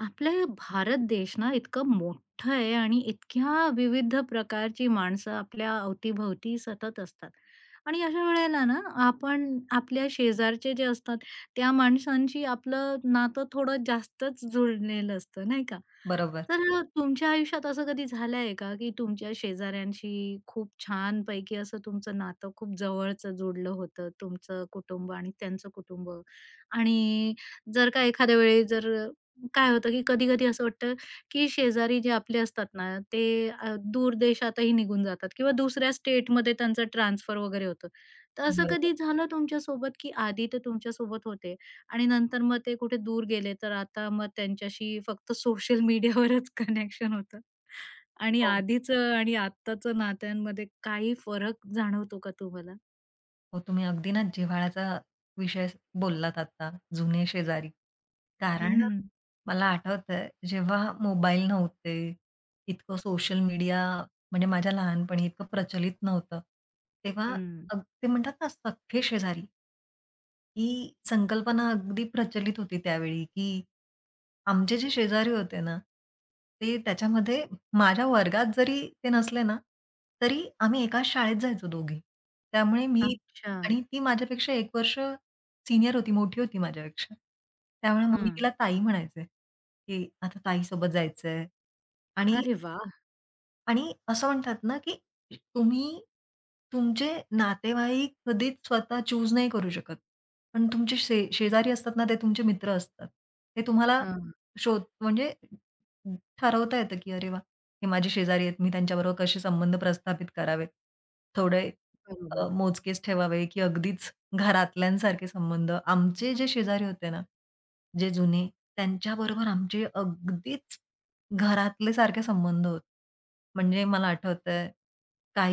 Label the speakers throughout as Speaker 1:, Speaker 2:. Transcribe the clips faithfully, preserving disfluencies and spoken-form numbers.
Speaker 1: आपला भारत देश ना इतकं मोठं आहे आणि इतक्या विविध प्रकारची माणसं आपल्या अवतीभवती सतत असतात. आणि अशा वेळेला ना आपण आपल्या शेजारचे जे असतात त्या माणसांशी आपलं नातं थोडं जास्तच जुळलेलं असतं, नाही का?
Speaker 2: बरोबर,
Speaker 1: तर तुमच्या आयुष्यात असं कधी झालंय का, की तुमच्या शेजाऱ्यांशी खूप छानपैकी असं तुमचं नातं खूप जवळचं जोडलं होतं, तुमचं कुटुंब आणि त्यांचं कुटुंब? आणि जर का एखाद्या वेळी जर काय होतं, की कधी-कधी असं वाटतं, की शेजारी जे आपले असतात ना, ते अ, दूर देशातही निघून जातात किंवा दुसऱ्या स्टेटमध्ये त्यांचं ट्रान्सफर वगैरे होतं. तर असं
Speaker 2: बरोबर.
Speaker 1: कधी झालं तुमच्यासोबत, की आधी ते तुमच्यासोबत होते आणि नंतर मग ते कुठे दूर गेले, तर आता मग त्यांच्याशी फक्त सोशल मीडियावरच कनेक्शन होतं आणि
Speaker 2: हो,
Speaker 1: आधीचं आणि आत्ताचं नात्यांमध्ये काही फरक जाणवतो का तुम्हाला?
Speaker 2: हो. तुम्ही अगदी ना जिव्हाळ्याचा विषय बोललात आता, जुने शेजारी. कारण
Speaker 1: हं,
Speaker 2: मला आठवतंय जेव्हा मोबाईल नव्हते, इतकं सोशल मीडिया म्हणजे माझ्या लहानपणी इतकं प्रचलित नव्हतं. तेव्हा
Speaker 1: हं.
Speaker 2: अग ते म्हणतात ना सख्खे शेजारी, ही संकल्पना अगदी प्रचलित होती त्यावेळी, की आमचे जे शेजारी होते ना, ते त्याच्यामध्ये माझ्या वर्गात जरी ते नसले ना, तरी आम्ही एकाच शाळेत जायचो दोघी. त्यामुळे मी
Speaker 1: अच्छा.
Speaker 2: आणि ती माझ्यापेक्षा एक वर्ष सीनियर होती, मोठी होती माझ्यापेक्षा. त्यामुळे मग मी
Speaker 1: हां.
Speaker 2: तिला ताई म्हणायचे, की "आता ताईसोबत जायचंय" आणि
Speaker 1: अरे वाह!
Speaker 2: आणि असं म्हणतात ना, की तुम्ही तुमचे नातेवाईक कधीच स्वतः चूज नाही करू शकत. पण तुमचे शे शेजारी असतात ना, ते तुमचे मित्र असतात. ते तुम्हाला
Speaker 1: हां,
Speaker 2: शोध म्हणजे ठरवता येतं, की "अरे वा, हे माझे शेजारी आहेत. मी त्यांच्याबरोबर कसे संबंध प्रस्थापित करावेत. थोडे अ,
Speaker 1: बरोबर.
Speaker 2: मोजकेच ठेवावे, की अगदीच घरातल्यांसारखे संबंध." आमचे जे शेजारी होते ना, जे जुने त्यांच्याबरोबर आमचे अगदीच घरातले सारखे संबंध होते. म्हणजे मला आठवतंय,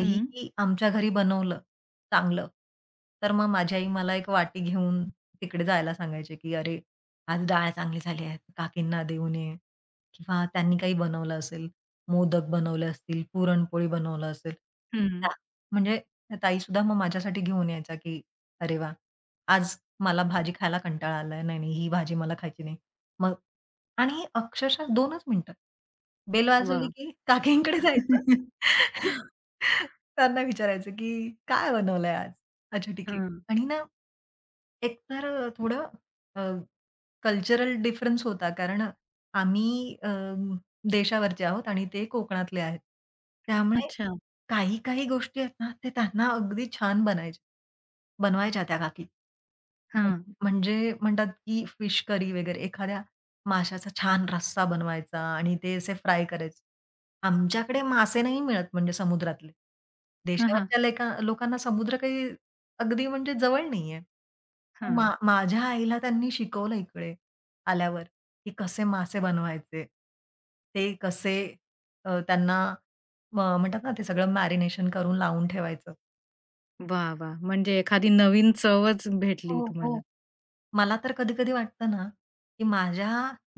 Speaker 1: हं,
Speaker 2: आमच्या घरी बनवलं चांगलं, तर मग माझी आई मला एक वाटी घेऊन तिकडे जायला सांगायची, की "अरे, आज डाळ चांगली झाली आहे, काकींना देऊन ये." किंवा त्यांनी काही बनवलं असेल, मोदक बनवले असतील, पुरणपोळी बनवलं असेल,
Speaker 1: हं.
Speaker 2: त्या म्हणजे त्या ताईसुद्धा मग माझ्यासाठी घेऊन यायच्या, की "अरे वाह! आज मला भाजी खायला कंटाळा आलाय. नाही, नाही, ही भाजी मला खायची नाही." मग आणि अक्षरशः दोनच मिनिटं. बेल वाजवली
Speaker 1: वाह!
Speaker 2: की काकींकडे जायचं. त्यांना विचारायचं, की "काय बनवलंय आज? अच्छा ठीक आहे."
Speaker 1: हां,
Speaker 2: आणि ना एकतर अ, थोडं कल्चरल डिफरन्स होता. कारण आम्ही अ, देशावरचे आहोत आणि ते कोकणातले आहेत. त्यामुळे
Speaker 1: अच्छा.
Speaker 2: काही-काही गोष्टी आहेत ना, ते त्यांना अगदी छान बनायचे. बनवायच्या त्या काकी. म्हण
Speaker 1: हां,
Speaker 2: म्हणजे म्हणतात, की फिश करी वगैरे एखाद्या माशाचा छान रस्सा बनवायचा आणि ते असे फ्राय करायचे. आमच्याकडे मासे नाही मिळत म्हणजे समुद्रातले.
Speaker 1: हां, हां,
Speaker 2: देशावरच्या लेका लोकांना समुद्र काही अगदी म्हणजे जवळ नाहीये. मा
Speaker 1: हां.
Speaker 2: माझ्या आईला त्यांनी शिकवलं इकडे आल्यावर, की कसे मासे बनवायचे. ते कसे अ, त्यांना म म्हणतात ना, ते सगळं मॅरिनेशन करून लावून ठेवायचं.
Speaker 1: वाह! वाह! म्हणजे एखादी नवीन चवच भेटली
Speaker 2: हो,
Speaker 1: तुम्हाला.
Speaker 2: हो. मला तर कधी-कधी वाटतं ना, की माझ्या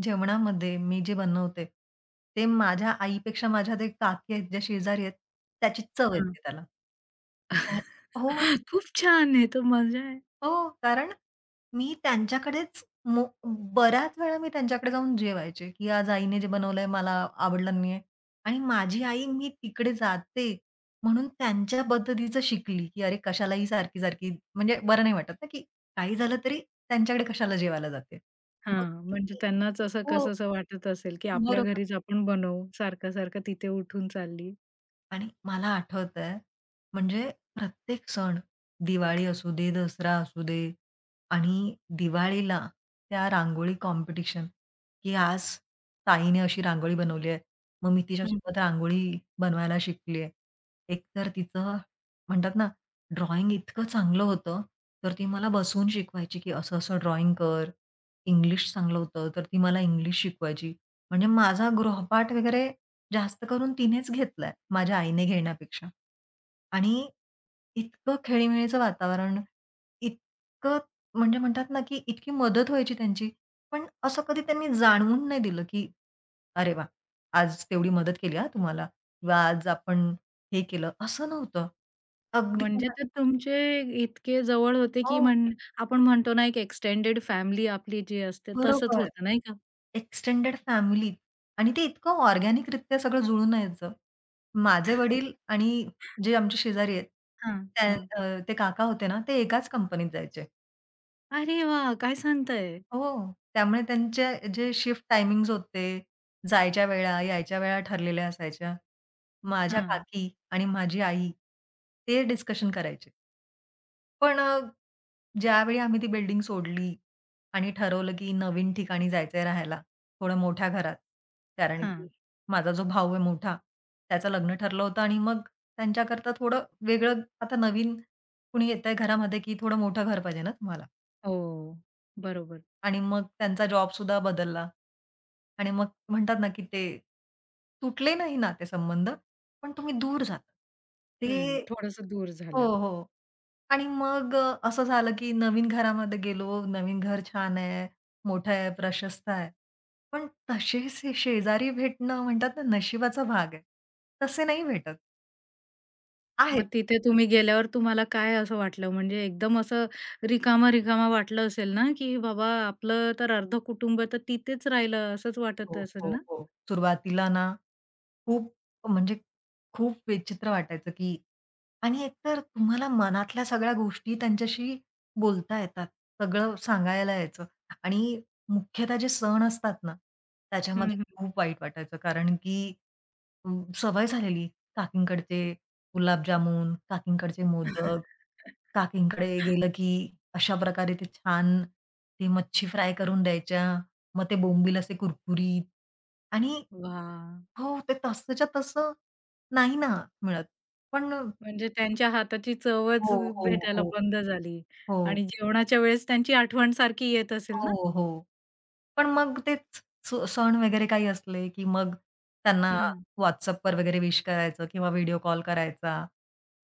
Speaker 2: जेवणामध्ये मी जे बनवते, ते माझ्या आईपेक्षा माझ्या ते काकी आहेत, ज्या शेजारी आहेत, त्याची चव
Speaker 1: हां.
Speaker 2: येते त्याला. हो,
Speaker 1: खूप छान आहे. तर मजा आहे.
Speaker 2: हो. कारण मी त्यांच्याकडेच मो बऱ्याच वेळा मी त्यांच्याकडे जाऊन जेवायचे, की आज आईने जे बनवलंय मला आवडलं नाहीये आणि माझी आई मी तिकडे जाते म्हणून त्यांच्या पद्धतीचं शिकली, की अरे कशाला सारखी-सारखी म्हणजे बरं नाही वाटत ना, की काही झालं तरी त्यांच्याकडे कशाला जेवायला जाते. मग
Speaker 1: हां, म्हणजे
Speaker 2: ती
Speaker 1: त्यांनाच असं
Speaker 2: हो,
Speaker 1: कसंसं वाटत असेल, की आपल्या
Speaker 2: बरोबर.
Speaker 1: घरीच आपण बनवू. सारखं-सारखं तिथे उठून चालली.
Speaker 2: आणि मला आठवतंय, म्हणजे प्रत्येक सण, दिवाळी असू दे, दसरा असू दे आणि दिवाळीला त्या रांगोळी कॉम्पिटिशन, की आज ताईने अशी रांगोळी बनवली आहे. मग मी
Speaker 1: हं.
Speaker 2: तिच्यासोबत रांगोळी बनवायला शिकली आहे. एकतर तिचं म्हणतात ना, ड्रॉइंग इतकं चांगलं होतं, तर ती मला बसवून शिकवायची, की असं-असं ड्रॉइंग कर. इंग्लिश चांगलं होतं, तर ती मला इंग्लिश शिकवायची. म्हणजे माझा गृहपाठ वगैरे जास्त करून तिनेच घेतलाय, माझ्या आईने घेण्यापेक्षा. आणि इतकं खेळीमेळीचं वातावरण, इतकं म्हणजे म्हणतात ना, की इतकी मदत व्हायची त्यांची. पण असं कधी त्यांनी जाणवून नाही दिलं, की "अरे वाह! आज तेवढी मदत केली हां तुम्हाला किंवा आज आपण हे केलं." असं नव्हतं. अगदी
Speaker 1: म्हणजे ते तुमचे इतके जवळ होते, की
Speaker 2: हो.
Speaker 1: म्हण आपण म्हणतो ना, एक एक्सटेंडेड फॅमिली आपली जी असते तसंच
Speaker 2: बरोबर.
Speaker 1: होतं नाही का?
Speaker 2: एक्सटेंडेड फॅमिलीत आणि ते इतकं ऑर्गॅनिकरित्या सगळं जुळून यायचं. माझे वडील आणि जे आमचे शेजारी आहेत,
Speaker 1: हां,
Speaker 2: त्या
Speaker 1: हां.
Speaker 2: अ, ते काका होते ना, ते एकाच कंपनीत जायचे.
Speaker 1: अरे वाह! काय सांगताय?
Speaker 2: हो. त्यामुळे त्यांचे जे शिफ्ट टायमिंग्स होते, जायच्या वेळा, यायच्या वेळा ठरलेल्या असायच्या. माझ्या
Speaker 1: हां,
Speaker 2: काकी आणि माझी आई ते डिस्कशन करायचे. पण अ, ज्यावेळी आम्ही ती बिल्डिंग सोडली आणि ठरवलं की नवीन ठिकाणी जायचंय राहायला, थोडं मोठ्या घरात. कारण की
Speaker 1: हां.
Speaker 2: माझा जो भाऊ आहे मोठा, त्याचं लग्न ठरलं होतं आणि मग त्यांच्याकरता थोडं वेगळं आता नवीन कुणी येतंय घरामध्ये की थोडं मोठं घर पाहिजे ना तुम्हाला.
Speaker 1: हो, बरोबर.
Speaker 2: आणि मग त्यांचा जॉबसुद्धा बदलला. आणि मग म्हणतात ना की ते तुटले नाही नातेसंबंध, पण तुम्ही दूर जाता.
Speaker 1: हं,
Speaker 2: ते
Speaker 1: थोडंसं दूर
Speaker 2: हो,
Speaker 1: झालं.
Speaker 2: हो. आणि मग अ, असं झालं, की नवीन घरामध्ये गेलो, नवीन घर छान आहे, मोठं आहे, प्रशस्त आहे. पण तसे शे शेजारी भेटणं म्हणतात ना, नशिबाचा भाग आहे. तसे नाही भेटत.
Speaker 1: मग तिथे तुम्ही गेल्यावर तुम्हाला काय असं वाटलं? म्हणजे एकदम असं रिकामा-रिकामा वाटलं असेल ना, की बाबा आपलं तर अर्ध कुटुंब तर तिथेच राहिलं असंच वाटत
Speaker 2: हो,
Speaker 1: असेल
Speaker 2: हो,
Speaker 1: ना?
Speaker 2: हो. सुरुवातीला ना, खूप म्हणजे खूप विचित्र वाटायचं, की आणि एकतर तुम्हाला मनातल्या सगळ्या गोष्टी त्यांच्याशी बोलता येतात. सगळं सांगायला यायचं आणि मुख्यतः जे सण असतात ना,
Speaker 1: हं,
Speaker 2: त्याच्यामध्ये
Speaker 1: हं.
Speaker 2: खूप वाईट वाटायचं. कारण की अं, सवय झालेली काकींकडचे गुलाबजामुन, काकींकडचे मोदक, काकींकडे गेलं की अशा प्रकारे ते छान ते मच्छी फ्राय करून द्यायच्या. मग ते बोंबील असे कुरकुरीत आणि
Speaker 1: वाह!
Speaker 2: हो, ते तसंच्या तसं नाही ना मिळत. पण
Speaker 1: म्हणजे त्यांच्या हाताची चवच
Speaker 2: हो, हो,
Speaker 1: भेटायला
Speaker 2: हो.
Speaker 1: बंद झाली
Speaker 2: हो,
Speaker 1: आणि जेवणाच्या वेळेस त्यांची आठवण सारखी येत असेल ना?
Speaker 2: हो, हो. पण मग तेच स सण वगैरे काही असले, की मग त्यांना
Speaker 1: हं,
Speaker 2: WhatsAppवर वगैरे विश करायचं किंवा व्हिडिओ कॉल करायचा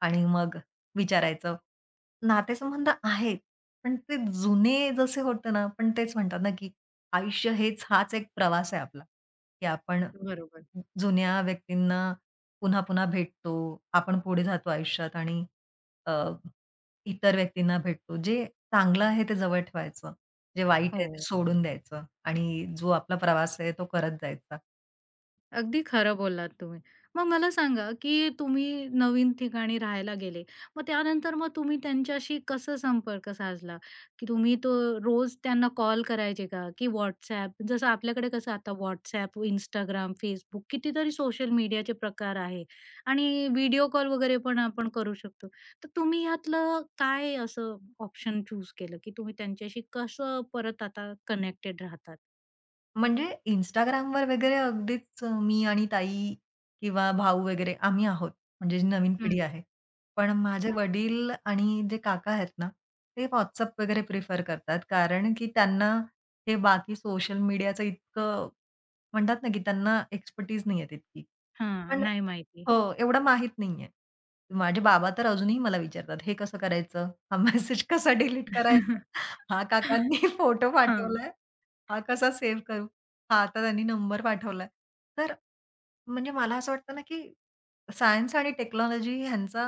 Speaker 2: आणि मग विचारायचं. नातेसंबंध आहेत, पण ते जुने जसे होते ना, पण तेच म्हणतात ना, की आयुष्य हेच हाच एक प्रवास आहे आपला, की आपण
Speaker 1: बरोबर.
Speaker 2: जुन्या व्यक्तींना पुन्हा-पुन्हा भेटतो. आपण पुढे जातो आयुष्यात आणि अ, इतर व्यक्तींना भेटतो. जे चांगलं आहे ते जवळ ठेवायचं. जे वाईट आहे ते
Speaker 1: हो.
Speaker 2: सोडून द्यायचं आणि जो आपला प्रवास आहे तो करत जायचा.
Speaker 1: अगदी खरं बोललात तुम्ही. मग मला सांगा, की तुम्ही नवीन ठिकाणी राहायला गेले. मग त्यानंतर मग तुम्ही त्यांच्याशी कसं संपर्क साधला? की तुम्ही तो रोज त्यांना कॉल करायचे का? की WhatsApp जसं आपल्याकडे कसं आता WhatsApp, Instagram, Facebook कितीतरी सोशल मीडियाचे प्रकार आहे आणि व्हिडिओ कॉल वगैरे पण आपण करू शकतो. तर तुम्ही ह्यातलं काय असं ऑप्शन चूज केलं, की तुम्ही त्यांच्याशी कसं परत आता कनेक्टेड राहतात?
Speaker 2: म्हणजे Instagramवर वगैरे अगदीच अ, मी आणि ताई किंवा भाऊ वगैरे आम्ही आहोत, म्हणजे जी नवीन
Speaker 1: हं.
Speaker 2: पिढी आहे. पण माझे
Speaker 1: अच्छा.
Speaker 2: वडील आणि जे काका आहेत ना, ते WhatsApp वगैरे प्रिफर करतात. कारण की त्यांना हे बाकी सोशल मीडियाचं इतकं म्हणतात ना, की त्यांना एक्सपर्टीज नाही आहे तितकी. पण
Speaker 1: नाही माहिती.
Speaker 2: हो, एवढं माहीत नाही माझे बाबा तर अजूनही मला विचारतात, "हे कसं करायचं? हा मेसेज कसा डिलीट करायचा? हा काकांनी फोटो
Speaker 1: हां.
Speaker 2: पाठवलाय, हा कसा सेव्ह करू?" हां, आता त्यांनी नंबर पाठवलाय. तर म्हणजे मला असं वाटतं ना, की सायन्स आणि टेक्नॉलॉजी ह्यांचा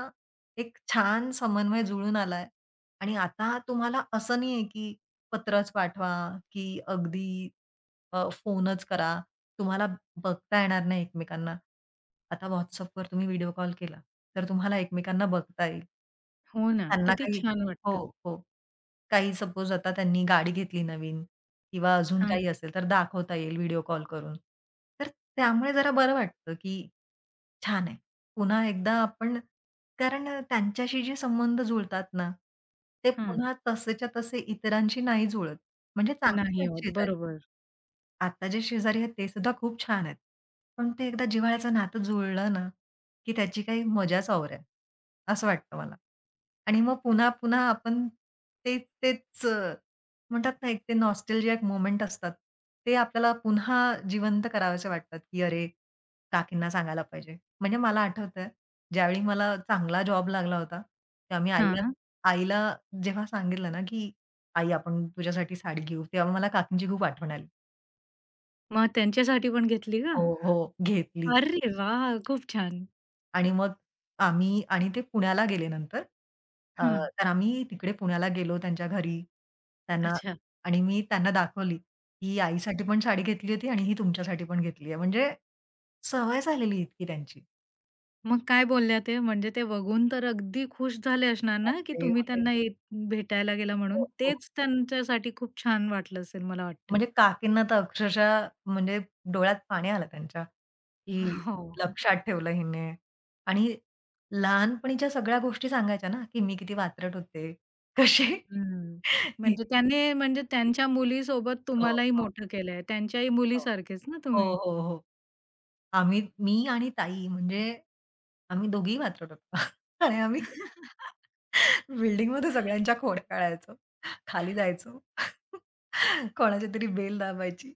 Speaker 2: एक छान समन्वय जुळून आलाय आणि आता तुम्हाला असं नाहीये, की पत्रच पाठवा, की अगदी अ, फोनच करा. तुम्हाला बघता येणार नाही एकमेकांना. आता WhatsAppवर तुम्ही व्हिडिओ कॉल केला, तर तुम्हाला एकमेकांना बघता येईल.
Speaker 1: हो ना,
Speaker 2: त्यांना
Speaker 1: किती
Speaker 2: काही
Speaker 1: छान
Speaker 2: हो,
Speaker 1: वाटतं.
Speaker 2: हो. काही सपोज आता त्यांनी गाडी घेतली नवीन किंवा अजून
Speaker 1: हां,
Speaker 2: काही असेल तर दाखवता येईल व्हिडिओ कॉल करून. तर त्यामुळे जरा बरं वाटतं, की छान आहे. पुन्हा एकदा आपण कारण अ, त्यांच्याशी जे संबंध जुळतात ना, ते
Speaker 1: हां.
Speaker 2: पुन्हा तसेच्या तसे इतरांशी नाही जुळत. म्हणजे चांगले
Speaker 1: नाही
Speaker 2: आहेत
Speaker 1: होत.
Speaker 2: शेजारी.
Speaker 1: बरोबर.
Speaker 2: आता जे शेजारी आहेत ते सुद्धा खूप छान आहेत. पण ते एकदा जिव्हाळ्याचं नातं जुळलं ना, की त्याची काही मजाच और आहे, असं वाटतं मला. आणि मग पुन्हा-पुन्हा आपण तेच, तेच अ, म्हणतात ना, एक ते नॉस्टॅल्जिक मोमेंट असतात. ते आपल्याला पुन्हा जिवंत करावेसे वाटतात, की "अरे, काकींना सांगायला पाहिजे." म्हणजे मला आठवतंय, ज्यावेळी मला चांगला जॉब लागला होता, तेव्हा मी आईला
Speaker 1: हां.
Speaker 2: आईला जेव्हा सांगितलं ना, की "आई, आपण तुझ्यासाठी साडी घेऊ." तेव्हा मला काकींची खूप आठवण आली.
Speaker 1: मग त्यांच्यासाठी पण घेतली का?
Speaker 2: हो, हो. घेतली
Speaker 1: अरे वाह! खूप छान.
Speaker 2: आणि मग आम्ही आणि ते पुण्याला गेले नंतर. अ,
Speaker 1: हां.
Speaker 2: तर आम्ही तिकडे पुण्याला गेलो त्यांच्या घरी. त्यांना
Speaker 1: अच्छा.
Speaker 2: आणि मी त्यांना दाखवली, "ही आईसाठी पण साडी घेतली होती आणि ही तुमच्यासाठी पण घेतली आहे." म्हणजे सवय झालेली इतकी त्यांची.
Speaker 1: मग काय बोलल्या ते? म्हणजे ते बघून तर अगदी खुश झाले असणार ना, की
Speaker 2: बापरे!
Speaker 1: तुम्ही
Speaker 2: म्हणजे
Speaker 1: त्यांना इ भेटायला गेला म्हणून.
Speaker 2: हो, हो.
Speaker 1: तेच त्यांच्यासाठी खूप छान वाटलं असेल मला वाटतं.
Speaker 2: म्हणजे काकींना तर अक्षरशः म्हणजे डोळ्यात पाणी आलं त्यांच्या, की
Speaker 1: हो, हो.
Speaker 2: लक्षात ठेवलं हिने. आणि लहानपणीच्या सगळ्या गोष्टी सांगायच्या ना, की मी किती वात्रट होते, कसे
Speaker 1: हं. म्हणजे त्याने म्हणजे त्यांच्या मुलीसोबत
Speaker 2: हो,
Speaker 1: तुम्हालाही
Speaker 2: हो,
Speaker 1: मोठं केलंय. त्यांच्याही
Speaker 2: हो.
Speaker 1: मुलीसारखेच ना
Speaker 2: हो,
Speaker 1: तुम्ही?
Speaker 2: हो, हो. आम्ही मी आणि ताई म्हणजे आम्ही दोघीही वात्रट होतो. आणि आम्ही बिल्डिंगमध्ये सगळ्यांच्या खोड्या काढायचो. खाली जायचो. कोणाची तरी बेल दाबायची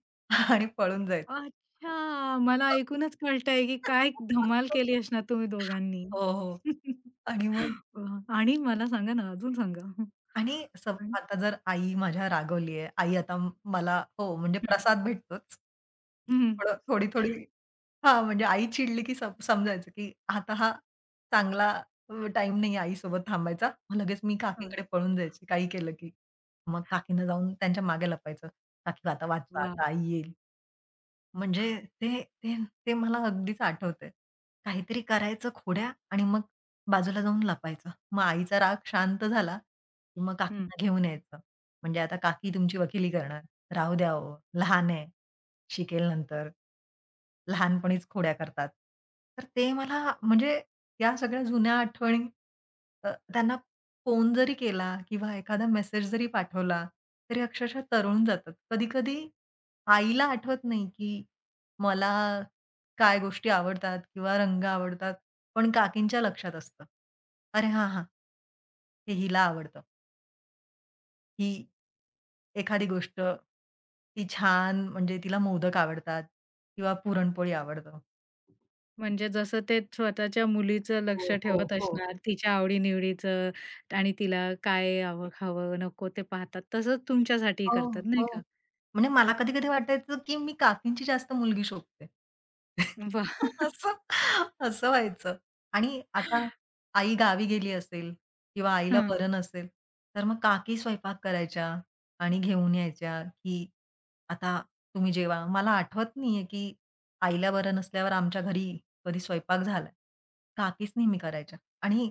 Speaker 2: आणि पळून जायचो.
Speaker 1: अच्छा! मला ऐकूनच कळतंय, की काय धमाल केली असणार तुम्ही दोघांनी.
Speaker 2: हो, हो. आणि मग
Speaker 1: वाह! आणि मला सांगा ना, अजून सांगा?
Speaker 2: आणि स
Speaker 1: आणि
Speaker 2: आता जर आई माझ्या रागवली आहे, आई आता मला हो, म्हणजे
Speaker 1: हं,
Speaker 2: प्रसाद भेटतोच.
Speaker 1: हं,
Speaker 2: थोडं थोडी-थोडी हां, म्हणजे आई चिडली की सम समजायचं की आता हा चांगला अ, टाईम नाही आहे आईसोबत थांबायचा. मग लगेच मी
Speaker 1: हं.
Speaker 2: काकींकडे पळून जायची काही केलं की. मग काकींना जाऊन त्यांच्या मागे लपायचं. "काकी आता वाचवा,
Speaker 1: वाह!
Speaker 2: आता आई येईल." म्हणजे ते ते ते मला अगदीच आठवतंय. काहीतरी करायचं खोड्या आणि मग बाजूला जाऊन लपायचं. मग आईचा राग शांत झाला, की मग
Speaker 1: हं.
Speaker 2: काकींना घेऊन यायचं. म्हणजे आता काकी तुमची वकिली करणार. राहू द्या ओ, लहान आहे, शिकेल नंतर. लहानपणीच खोड्या करतात. तर ते मला म्हणजे या सगळ्या जुन्या आठवणी अ, त्यांना फोन जरी केला किंवा एखादा मेसेज जरी पाठवला, तरी अक्षरशः तरुण जातात. कधी-कधी आईला आठवत नाही, की मला काय गोष्टी आवडतात किंवा रंग आवडतात, पण काकींच्या लक्षात असतं. "अरे हां, हां, हे हिला आवडतं." ही एखादी गोष्ट ती छान म्हणजे तिला मोदक आवडतात किंवा पुरणपोळी आवडतं.
Speaker 1: म्हणजे जसं ते स्वतःच्या मुलीचं
Speaker 2: हो,
Speaker 1: लक्ष
Speaker 2: हो,
Speaker 1: ठेवत
Speaker 2: हो.
Speaker 1: असणार, तिच्या आवडी-निवडीचं आणि तिला काय हवं खावं, नको ते पाहतात. तसंच तुमच्यासाठीही
Speaker 2: हो,
Speaker 1: करतात नाही
Speaker 2: हो.
Speaker 1: का?
Speaker 2: म्हणजे मला कधी-कधी वाटायचं, की मी काकींची जास्त मुलगी शोभते.
Speaker 1: वाह!
Speaker 2: असं असं व्हायचं. आणि आता आई गावी गेली असेल किंवा आईला
Speaker 1: हं.
Speaker 2: बरं नसेल, तर मग काकी स्वयंपाक करायच्या आणि घेऊन यायच्या, की आता तुम्ही जेवा. मला आठवत नाहीये, की आईला बरं नसल्यावर आमच्या घरी कधी स्वयंपाक झालाय. काकीच नेहमी करायच्या आणि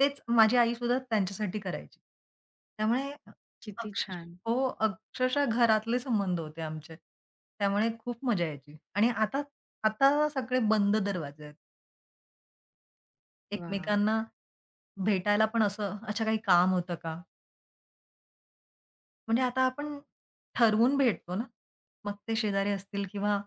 Speaker 2: तेच माझी आई त्यांच्यासाठी करायची. त्यामुळे
Speaker 1: किती
Speaker 2: अक्षरशः
Speaker 1: छान.
Speaker 2: हो. अक्षरशः घरातले संबंध होते आमचे. त्यामुळे खूप मजा यायची आणि आता आता सगळे बंद दरवाजे आहेत.
Speaker 1: वाह!
Speaker 2: एकमेकांना भेटायला पण असं, "अच्छा काही काम होतं का?" म्हणजे आता आपण ठरवून भेटतो ना. मग ते शेजारी असतील किंवा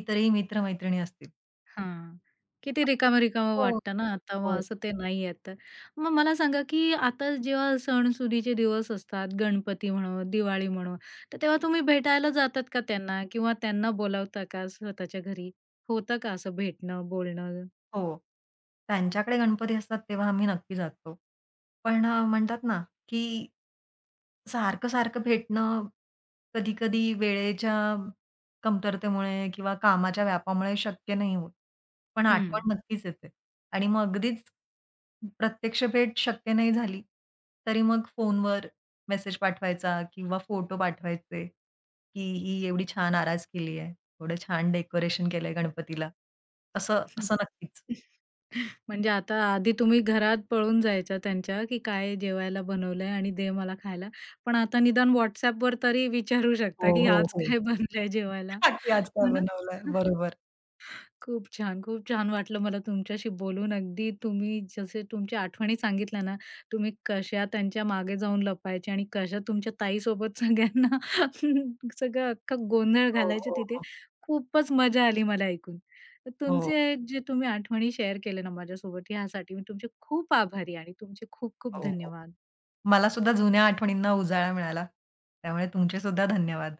Speaker 2: इतरही मित्र-मैत्रिणी असतील.
Speaker 1: हां. किती रिकामं-रिकामं
Speaker 2: हो.
Speaker 1: वाटतं ना आता मग
Speaker 2: हो.
Speaker 1: असं ते नाहीये तर. मग मला सांगा, की आता जेव्हा सण-सुदीचे दिवस असतात, गणपती म्हणो, दिवाळी म्हणो, तर तेव्हा तुम्ही भेटायला जातात का त्यांना किंवा त्यांना बोलावता का स्वतःच्या घरी? होतं का असं भेटणं, बोलणं?
Speaker 2: हो. त्यांच्याकडे गणपती असतात तेव्हा आम्ही नक्की जातो. पण अ, म्हणतात ना, की सारखं-सारखं भेटणं कधी-कधी वेळेच्या कमतरतेमुळे किंवा कामाच्या व्यापामुळे शक्य नाही होत. पण
Speaker 1: हं.
Speaker 2: आठवण नक्कीच येते. आणि मग अगदीच प्रत्यक्ष भेट शक्य नाही झाली, तरी मग फोनवर मेसेज पाठवायचा किंवा फोटो पाठवायचे, की ही एवढी छान आरास केली आहे, एवढं छान डेकोरेशन केलंय गणपतीला. असं असं नक्कीच.
Speaker 1: म्हणजे आता आधी तुम्ही घरात पळून जायच्या त्यांच्या, की काय जेवायला बनवलंय आणि दे मला खायला. पण आता निदान WhatsAppवर तरी विचारू शकता,
Speaker 2: हो,
Speaker 1: की
Speaker 2: हो,
Speaker 1: आज
Speaker 2: हो.
Speaker 1: काय बनलंय जेवायला?
Speaker 2: खाकी
Speaker 1: हो
Speaker 2: आजकाल
Speaker 1: ना?
Speaker 2: बनवलाय. बरोबर.
Speaker 1: खूप छान, खूप छान वाटलं मला तुमच्याशी बोलून. अगदी तुम्ही जसे तुमच्या आठवणी सांगितल्या ना, तुम्ही कशा त्यांच्या मागे जाऊन लपायचे आणि कशा तुमच्या ताईसोबत सगळ्यांना सगळं अख्खा गोंधळ
Speaker 2: हो,
Speaker 1: घालायचे
Speaker 2: हो,
Speaker 1: तिथे.
Speaker 2: हो.
Speaker 1: खूपच मजा आली मला ऐकून. तर
Speaker 2: हो,
Speaker 1: तुमचे जे तुम्ही आठवणी शेअर केल्या ना माझ्यासोबत, ह्यासाठी मी तुमचे खूप आभारी आणि तुमचे खूप खूप
Speaker 2: हो, हो.
Speaker 1: धन्यवाद.
Speaker 2: मला सुद्धा जुन्या आठवणींना उजाळा मिळाला. त्यामुळे तुमचे सुद्धा धन्यवाद.